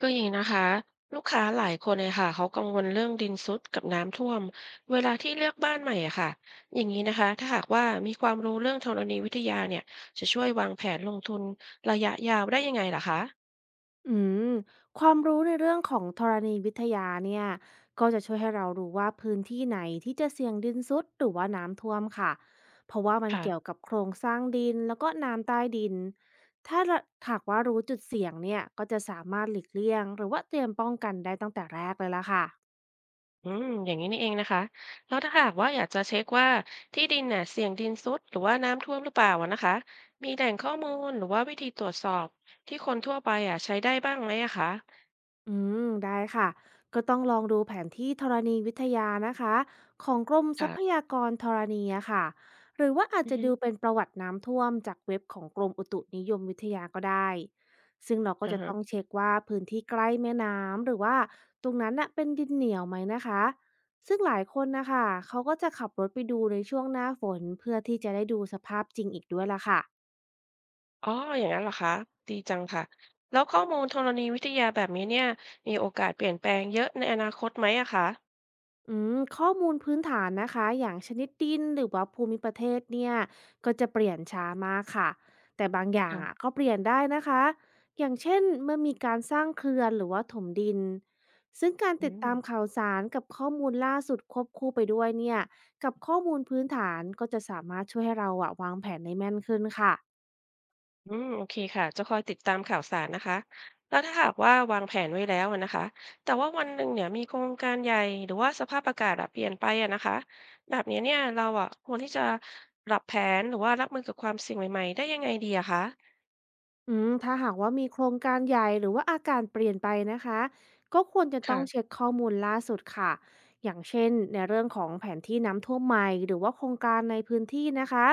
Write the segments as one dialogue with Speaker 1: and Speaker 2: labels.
Speaker 1: ก็อย่างนี้นะคะลูกค้าหลายคนเลยค่ะเขากังวลเรื่องดินทรุดกับน้ำท่วมเวลาที่เลือกบ้านใหม่อะค่ะอย่างนี้นะคะถ้าหากว่ามีความรู้เรื่องธรณีวิทยาเนี่ยจะช่วยวางแผนลงทุนระยะยาวได้ยังไงล่ะคะ
Speaker 2: อืมความรู้ในเรื่องของธรณีวิทยาเนี่ยก็จะช่วยให้เรารู้ว่าพื้นที่ไหนที่จะเสี่ยงดินซุดหรือว่าน้ำท่วมค่ะเพราะว่ามันเกี่ยว
Speaker 1: ค่ะ
Speaker 2: กับโครงสร้างดินแล้วก็น้ำใต้ดินถ้าเราหากว่ารู้จุดเสี่ยงเนี่ยก็จะสามารถหลีกเลี่ยงหรือว่าเตรียมป้องกันได้ตั้งแต่แรกเลยละค่ะ
Speaker 1: อย่างนี้นี่เองนะคะแล้วถ้าหากว่าอยากจะเช็คว่าที่ดินเนี่ยเสี่ยงดินทรุดหรือว่าน้ำท่วมหรือเปล่าอะนะคะมีแหล่งข้อมูลหรือว่าวิธีตรวจสอบที่คนทั่วไปอะใช้ได้บ้างไหมอะคะ
Speaker 2: อืได้ค่ะก็ต้องลองดูแผนที่ธรณีวิทยานะคะของกรมทรัพ
Speaker 1: ค่ะ
Speaker 2: ยากรธรณีอะค่ะหรือว่าอาจ
Speaker 1: อือ
Speaker 2: จะ
Speaker 1: ฮึ
Speaker 2: ดูเป็นประวัติน้ำท่วมจากเว็บของกรมอุตุนิยมวิทยาก็ได้ซึ่งเราก็
Speaker 1: อ่า
Speaker 2: จะ
Speaker 1: ฮะ
Speaker 2: ต้องเช็คว่าพื้นที่ใกล้แม่น้ำหรือว่าตรงนั้นน่ะเป็นดินเหนียวไหมนะคะซึ่งหลายคนนะคะเขาก็จะขับรถไปดูในช่วงหน้าฝนเพื่อที่จะได้ดูสภาพจริงอีกด้วยล่ะค่ะ
Speaker 1: อ๋อ อย่างนั้นเหรอคะดีจังค่ะ แล้วข้อมูลธรณีวิทยาแบบนี้เนี่ยมีโอกาสเปลี่ยนแปลงเยอะในอนาคตไหมอะคะ
Speaker 2: ข้อมูลพื้นฐานนะคะอย่างชนิดดินหรือว่าภูมิประเทศเนี่ยก็จะเปลี่ยนช้ามากค่ะแต่บางอย่างอ่ะ
Speaker 1: ค่ะ
Speaker 2: ก็เปลี่ยนได้นะคะอย่างเช่นเมื่อมีการสร้างเขื่อนหรือว่าถมดินซึ่งการ
Speaker 1: อื
Speaker 2: ติดตาม
Speaker 1: ม
Speaker 2: ข่าวสารกับข้อมูลล่าสุดควบคู่ไปด้วยเนี่ยกับข้อมูลพื้นฐานก็จะสามารถช่วยให้เราอะวางแผนได้แม่นขึ้นค่ะ
Speaker 1: อืมโอเคค่ะ จะคอยติดตามข่าวสารนะคะแล้วถ้าหากว่าวางแผนไว้แล้วอะนะคะ แต่ว่าวันหนึ่งเนี่ยมีโครงการใหญ่หรือว่าสภาพอากาศอะเปลี่ยนไปอะนะคะ แบบนี้เนี่ยเราอะควรที่จะปรับแผนหรือว่ารับมือกับความเสี่ยงใหม่ๆได้ยังไงดีอะคะ
Speaker 2: ถ้าหากว่ามีโครงการใหญ่หรือว่าอาการเปลี่ยนไปนะคะก็ควรจะต้อ
Speaker 1: ค่ะ
Speaker 2: งเช็คข้อมูลล่าสุดค่ะอย่างเช่นในเรื่องของแผนที่น้ำท่วมใหม่หรือว่าโครงการในพื้นที่นะคะ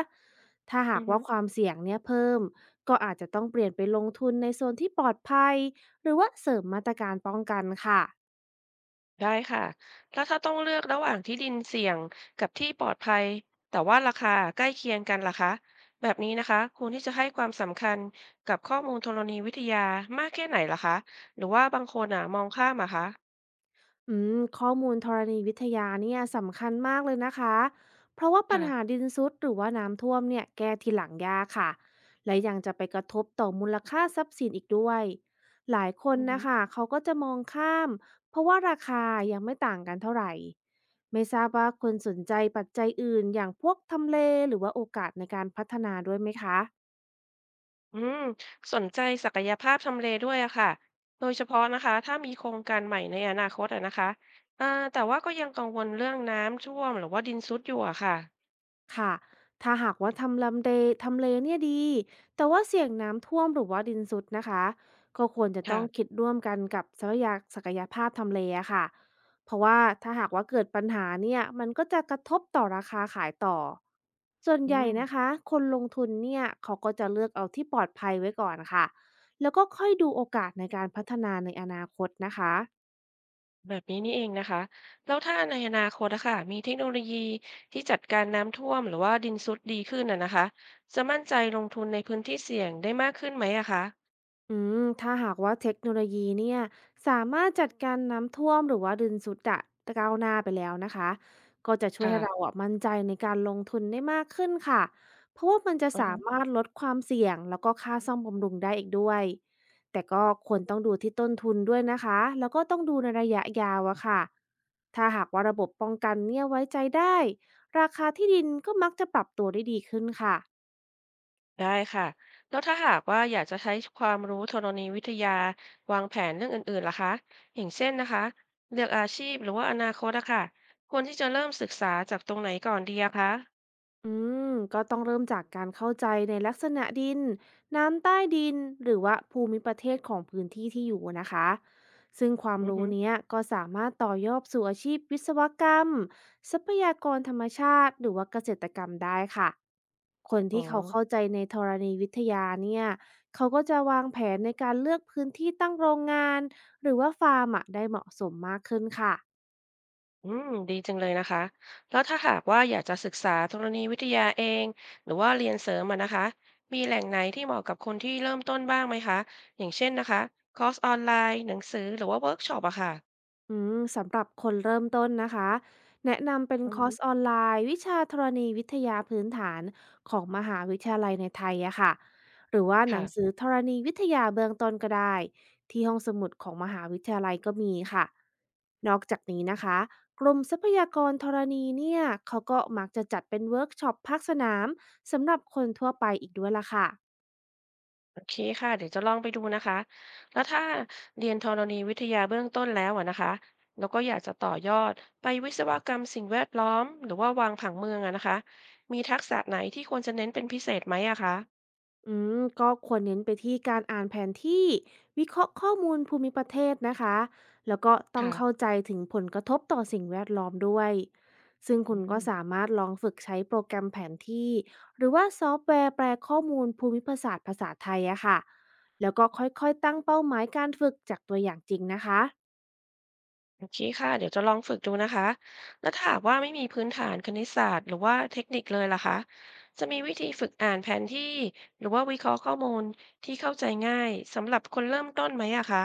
Speaker 2: ถ้าหา
Speaker 1: อื
Speaker 2: ก
Speaker 1: อฮึ
Speaker 2: ว่าความเสี่ยงเนี่ยเพิ่มก็อาจจะต้องเปลี่ยนไปลงทุนในโซนที่ปลอดภัยหรือว่าเสริมมาตรการป้องกันค่ะ
Speaker 1: ได้ค่ะ แล้วถ้าต้องเลือกระหว่างที่ดินเสี่ยงกับที่ปลอดภัย แต่ว่าราคาใกล้เคียงกันล่ะคะแบบนี้นะคะควรที่จะให้ความสำคัญกับข้อมูลธรณีวิทยามากแค่ไหนล่ะคะหรือว่าบางคนอ่ะมองข้ามอะคะ
Speaker 2: ข้อมูลธรณีวิทยาเนี่ยสำคัญมากเลยนะคะเพราะว่าปัญหา
Speaker 1: ค่ะ
Speaker 2: ดินซุดหรือว่าน้ำท่วมเนี่ยแก้ทีหลังยากค่ะและยังจะไปกระทบต่อมูลค่าทรัพย์สินอีกด้วยหลายคน
Speaker 1: อือฮึ
Speaker 2: นะคะเขาก็จะมองข้ามเพราะว่าราคายังไม่ต่างกันเท่าไหร่ไม่ทราบว่าคนสนใจปัจจัยอื่นอย่างพวกทำเลหรือว่าโอกาสในการพัฒนาด้วยไหมคะ
Speaker 1: อืมสนใจศักยภาพทำเลด้วยอะค่ะโดยเฉพาะนะคะถ้ามีโครงการใหม่ในอนาคตอะนะคะอ่าแต่ว่าก็ยังกังวลเรื่องน้ำท่วมหรือว่าดินทรุดอยู่อะค่ะ
Speaker 2: ค่ะถ้าหากว่าทำเลเนี่ยดี แต่ว่าเสี่ยงน้ำท่วมหรือว่าดินสุดนะคะ ก็ควรจะต้อง
Speaker 1: ค่ะ
Speaker 2: คิดร่วมกันกับศักยภาพทำเลอะค่ะเพราะว่าถ้าหากว่าเกิดปัญหาเนี่ยมันก็จะกระทบต่อราคาขายต่อส่วน
Speaker 1: อื
Speaker 2: ใหญ่นะ
Speaker 1: ม
Speaker 2: คะคนลงทุนเนี่ยเขาก็จะเลือกเอาที่ปลอดภัยไว้ก่อนค่ะแล้วก็ค่อยดูโอกาสในการพัฒนาในอนาคตนะคะ
Speaker 1: แบบนี้นี่เองนะคะ แล้วถ้าในอนาคตนะคะมีเทคโนโลยีที่จัดการน้ำท่วมหรือว่าดินทรุดดีขึ้นนะนะคะจะมั่นใจลงทุนในพื้นที่เสี่ยงได้มากขึ้นไหมอะคะ
Speaker 2: ถ้าหากว่าเทคโนโลยีเนี่ยสามารถจัดการน้ำท่วมหรือว่าดินสุดอะก้าวหน้าไปแล้วนะคะก็จะช่วยให้เรา
Speaker 1: ค่ะ
Speaker 2: อะมั่นใจในการลงทุนได้มากขึ้นค่ะเพราะว่ามันจะ
Speaker 1: อือฮึ
Speaker 2: สามารถลดความเสี่ยงแล้วก็ค่าซ่อมบำรุงได้อีกด้วยแต่ก็ควรต้องดูที่ต้นทุนด้วยนะคะแล้วก็ต้องดูในระยะยาวอะค่ะถ้าหากว่าระบบป้องกันเนี่ยไว้ใจได้ราคาที่ดินก็มักจะปรับตัวได้ดีขึ้นค่ะ
Speaker 1: ได้ค่ะ แล้วถ้าหากว่าอยากจะใช้ความรู้ธรณีวิทยาวางแผนเรื่องอื่นๆล่ะคะอย่างเช่นนะคะเลือกอาชีพหรือว่าอนาคตอะค่ะควรที่จะเริ่มศึกษาจากตรงไหนก่อนดีอะคะ
Speaker 2: อืมก็ต้องเริ่มจากการเข้าใจในลักษณะดินน้ำใต้ดินหรือว่าภูมิประเทศของพื้นที่ที่อยู่นะคะซึ่งความ
Speaker 1: อือ
Speaker 2: รู้
Speaker 1: ฮึ
Speaker 2: เนี้ยก็สามารถต่อยอดสู่อาชีพวิศวกรรมทรัพยากรธรรมชาติหรือว่าเกษตรกรรมได้ค่ะคน
Speaker 1: อ๋อ
Speaker 2: ที่เขาเข้าใจในธรณีวิทยาเนี่ยเขาก็จะวางแผนในการเลือกพื้นที่ตั้งโรงงานหรือว่าฟาร์มอะได้เหมาะสมมากขึ้นค่ะ
Speaker 1: ดีจังเลยนะคะแล้วถ้าหากว่าอยากจะศึกษาธรณีวิทยาเองหรือว่าเรียนเสริมมานะคะมีแหล่งไหนที่เหมาะกับคนที่เริ่มต้นบ้างไหมคะอย่างเช่นนะคะคอร์สออนไลน์หนังสือหรือว่าเวิร์กช็อปอะค่ะ
Speaker 2: สำหรับคนเริ่มต้นนะคะแนะนำเป็น
Speaker 1: อื
Speaker 2: คอร์สอ
Speaker 1: ม
Speaker 2: อนไลน์วิชาธรณีวิทยาพื้นฐานของมหาวิทยาลัยในไทยอะค่ะหรือว่าหนั
Speaker 1: ค่ะ
Speaker 2: งสือธรณีวิทยาเบื้องต้นก็ได้ที่ห้องสมุดของมหาวิทยาลัยก็มีค่ะนอกจากนี้นะคะกรมทรัพยากรธรณีเนี่ยเขาก็มักจะจัดเป็นเวิร์กช็อปภาคสนามสำหรับคนทั่วไปอีกด้วยล่ะค่ะ
Speaker 1: โอเคค่ะเดี๋ยวจะลองไปดูนะคะแล้วถ้าเรียนธรณีวิทยาเบื้องต้นแล้วอะนะคะแล้วก็อยากจะต่อยอดไปวิศวกรรมสิ่งแวดล้อมหรือว่าวางผังเมืองอะนะคะมีทักษะไหนที่ควรจะเน้นเป็นพิเศษไหมอะคะ
Speaker 2: ก็ควรเน้นไปที่การอ่านแผนที่วิเคราะห์ข้อมูลภูมิประเทศนะคะแล้วก็ต้อง
Speaker 1: ค่ะ
Speaker 2: เข้าใจถึงผลกระทบต่อสิ่งแวดล้อมด้วยซึ่ง
Speaker 1: อื
Speaker 2: คุณ
Speaker 1: ม
Speaker 2: ก็สามารถลองฝึกใช้โปรแกรมแผนที่หรือว่าซอฟต์แวร์แปลข้อมูลภูมิประศาสตร์ภาษาไทยอะค่ะแล้วก็ค่อยๆตั้งเป้าหมายการฝึกจากตัวอย่างจริงนะคะ
Speaker 1: โอเคค่ะเดี๋ยวจะลองฝึกดูนะคะแล้วถ้าหากว่าไม่มีพื้นฐานคณิตศาสตร์หรือว่าเทคนิคเลยล่ะคะจะมีวิธีฝึกอ่านแผนที่หรือว่าวิเคราะห์ข้อมูลที่เข้าใจง่ายสำหรับคนเริ่มต้นไหมอะคะ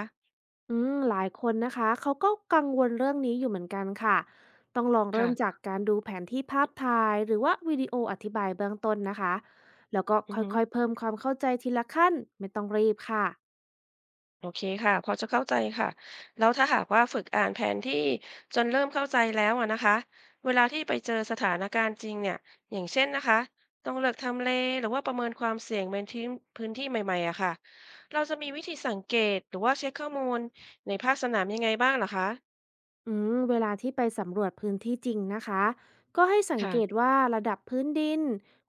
Speaker 2: หลายคนนะคะเขาก็กังวลเรื่องนี้อยู่เหมือนกันค่ะต้องลองเริ่มจาก
Speaker 1: ค่ะ
Speaker 2: การดูแผนที่ภาพถ่ายหรือว่าวิดีโออธิบายเบื้องต้นนะคะแล้วก็
Speaker 1: อือ
Speaker 2: ค่
Speaker 1: ฮึ
Speaker 2: อยๆเพิ่มความเข้าใจทีละขั้นไม่ต้องรีบค่ะ
Speaker 1: โอเคค่ะพอจะเข้าใจค่ะแล้วถ้าหากว่าฝึกอ่านแผนที่จนเริ่มเข้าใจแล้วอะนะคะเวลาที่ไปเจอสถานการณ์จริงเนี่ยอย่างเช่นนะคะต้องเลือกทำเลหรือว่าประเมินความเสี่ยงเป็นที่พื้นที่ใหม่ๆอะค่ะเราจะมีวิธีสังเกตหรือว่าเช็คข้อมูลในภาคสนามยังไงบ้างเหรอคะ
Speaker 2: เวลาที่ไปสำรวจพื้นที่จริงนะคะก็ให้สัง
Speaker 1: ค่ะ
Speaker 2: เกตว่าระดับพื้นดิน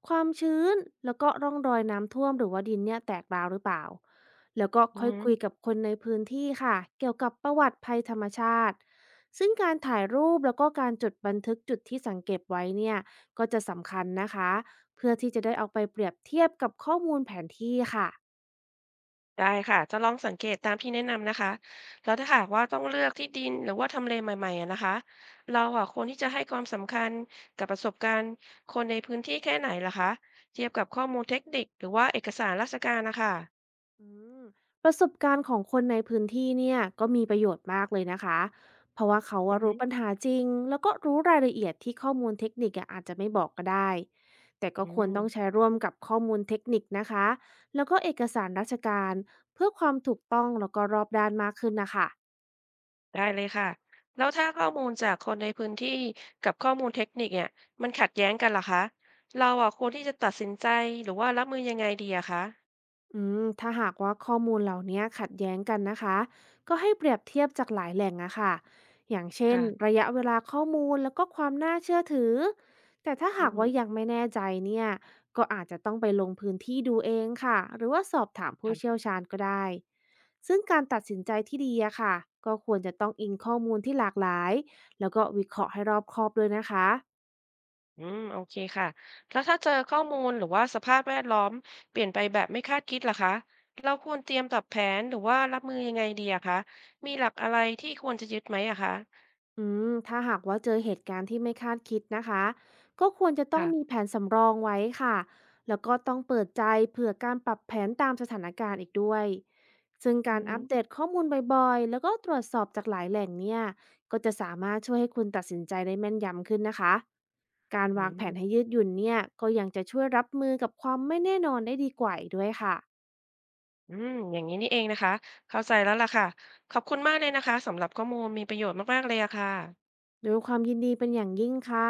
Speaker 2: ความชื้นแล้วก็ร่องรอยน้ำท่วมหรือว่าดินเนี่ยแตกร้าวหรือเปล่าแล้วก็
Speaker 1: อื
Speaker 2: ค่อยคุย
Speaker 1: ม
Speaker 2: กับคนในพื้นที่ค่ะเกี่ยวกับประวัติภัยธรรมชาติซึ่งการถ่ายรูปแล้วก็การจดบันทึกจุดที่สังเกตไว้เนี่ยก็จะสำคัญนะคะเพื่อที่จะได้เอาไปเปรียบเทียบกับข้อมูลแผนที่ค่ะ
Speaker 1: ได้ค่ะจะลองสังเกตตามที่แนะนำนะคะแล้วถ้าหากว่าต้องเลือกที่ดินหรือว่าทำเลใหม่ๆอะนะคะเราอะควรที่จะให้ความสำคัญกับประสบการณ์คนในพื้นที่แค่ไหนล่ะคะเทียบกับข้อมูลเทคนิคหรือว่าเอกสารราชการนะคะ
Speaker 2: อืมประสบการณ์ของคนในพื้นที่เนี่ยก็มีประโยชน์มากเลยนะคะ เพราะว่าเขา
Speaker 1: อื
Speaker 2: อะ
Speaker 1: อฮึ
Speaker 2: รู้ปัญหาจริงแล้วก็รู้รายละเอียดที่ข้อมูลเทคนิคอะอาจจะไม่บอกก็ได้ แต่ก็
Speaker 1: อื
Speaker 2: ควร
Speaker 1: ม
Speaker 2: ต้องใช้ร่วมกับข้อมูลเทคนิคนะคะ แล้วก็เอกสารราชการเพื่อความถูกต้องแล้วก็รอบด้านมากขึ้นนะคะ
Speaker 1: ได้เลยค่ะแล้วถ้าข้อมูลจากคนในพื้นที่กับข้อมูลเทคนิคเนี่ยมันขัดแย้งกันล่ะคะเราอะควรที่จะตัดสินใจหรือว่ารับมือยังไงดีอะคะ
Speaker 2: ถ้าหากว่าข้อมูลเหล่านี้ขัดแย้งกันนะคะก็ให้เปรียบเทียบจากหลายแหล่งอะค่ะอย่างเช่น
Speaker 1: ค่ะ
Speaker 2: ระยะเวลาข้อมูลแล้วก็ความน่าเชื่อถือแต่ถ้า
Speaker 1: อื
Speaker 2: หา
Speaker 1: อ
Speaker 2: ก
Speaker 1: ฮึ
Speaker 2: ว่ายังไม่แน่ใจเนี่ยก็อาจจะต้องไปลงพื้นที่ดูเองค่ะหรือว่าสอบถามผู้เชี่ยวชาญก็ได้ซึ่งการตัดสินใจที่ดีอะค่ะก็ควรจะต้องอิงข้อมูลที่หลากหลายแล้วก็วิเคราะห์ให้รอบคอบด้วยนะคะ
Speaker 1: โอเคค่ะแล้วถ้าเจอข้อมูลหรือว่าสภาพแวดล้อมเปลี่ยนไปแบบไม่คาดคิดล่ะคะเราควรเตรียมปรับแผนหรือว่ารับมือยังไงดีอะคะมีหลักอะไรที่ควรจะยึดไหมอะคะ
Speaker 2: ถ้าหากว่าเจอเหตุการณ์ที่ไม่คาดคิดนะคะก็ควรจะต้องมี
Speaker 1: ค่ะ
Speaker 2: แผนสำรองไว้ค่ะแล้วก็ต้องเปิดใจเผื่อการปรับแผนตามสถานการณ์อีกด้วยซึ่ง
Speaker 1: อื
Speaker 2: การอัป
Speaker 1: ม
Speaker 2: เดตข้อมูลบ่อยๆแล้วก็ตรวจสอบจากหลายแหล่งเนี่ยก็จะสามารถช่วยให้คุณตัดสินใจได้แม่นยำขึ้นนะคะการ
Speaker 1: อื
Speaker 2: วางแผนให้ยืดหยุ่นเนี่ยก็ยังจะช่วยรับมือกับความไม่แน่นอนได้ดีกว่าอีกด้วยค่ะ
Speaker 1: ืมอืมอย่างนี้นี่เองนะคะเข้าใจแล้วล่ะค่ะขอบคุณมากเลยนะคะสำหรับข้อมูลมีประโยชน์มากๆเลยอะค่ะ
Speaker 2: ด้วยความยินดีเป็นอย่างยิ่งค่ะ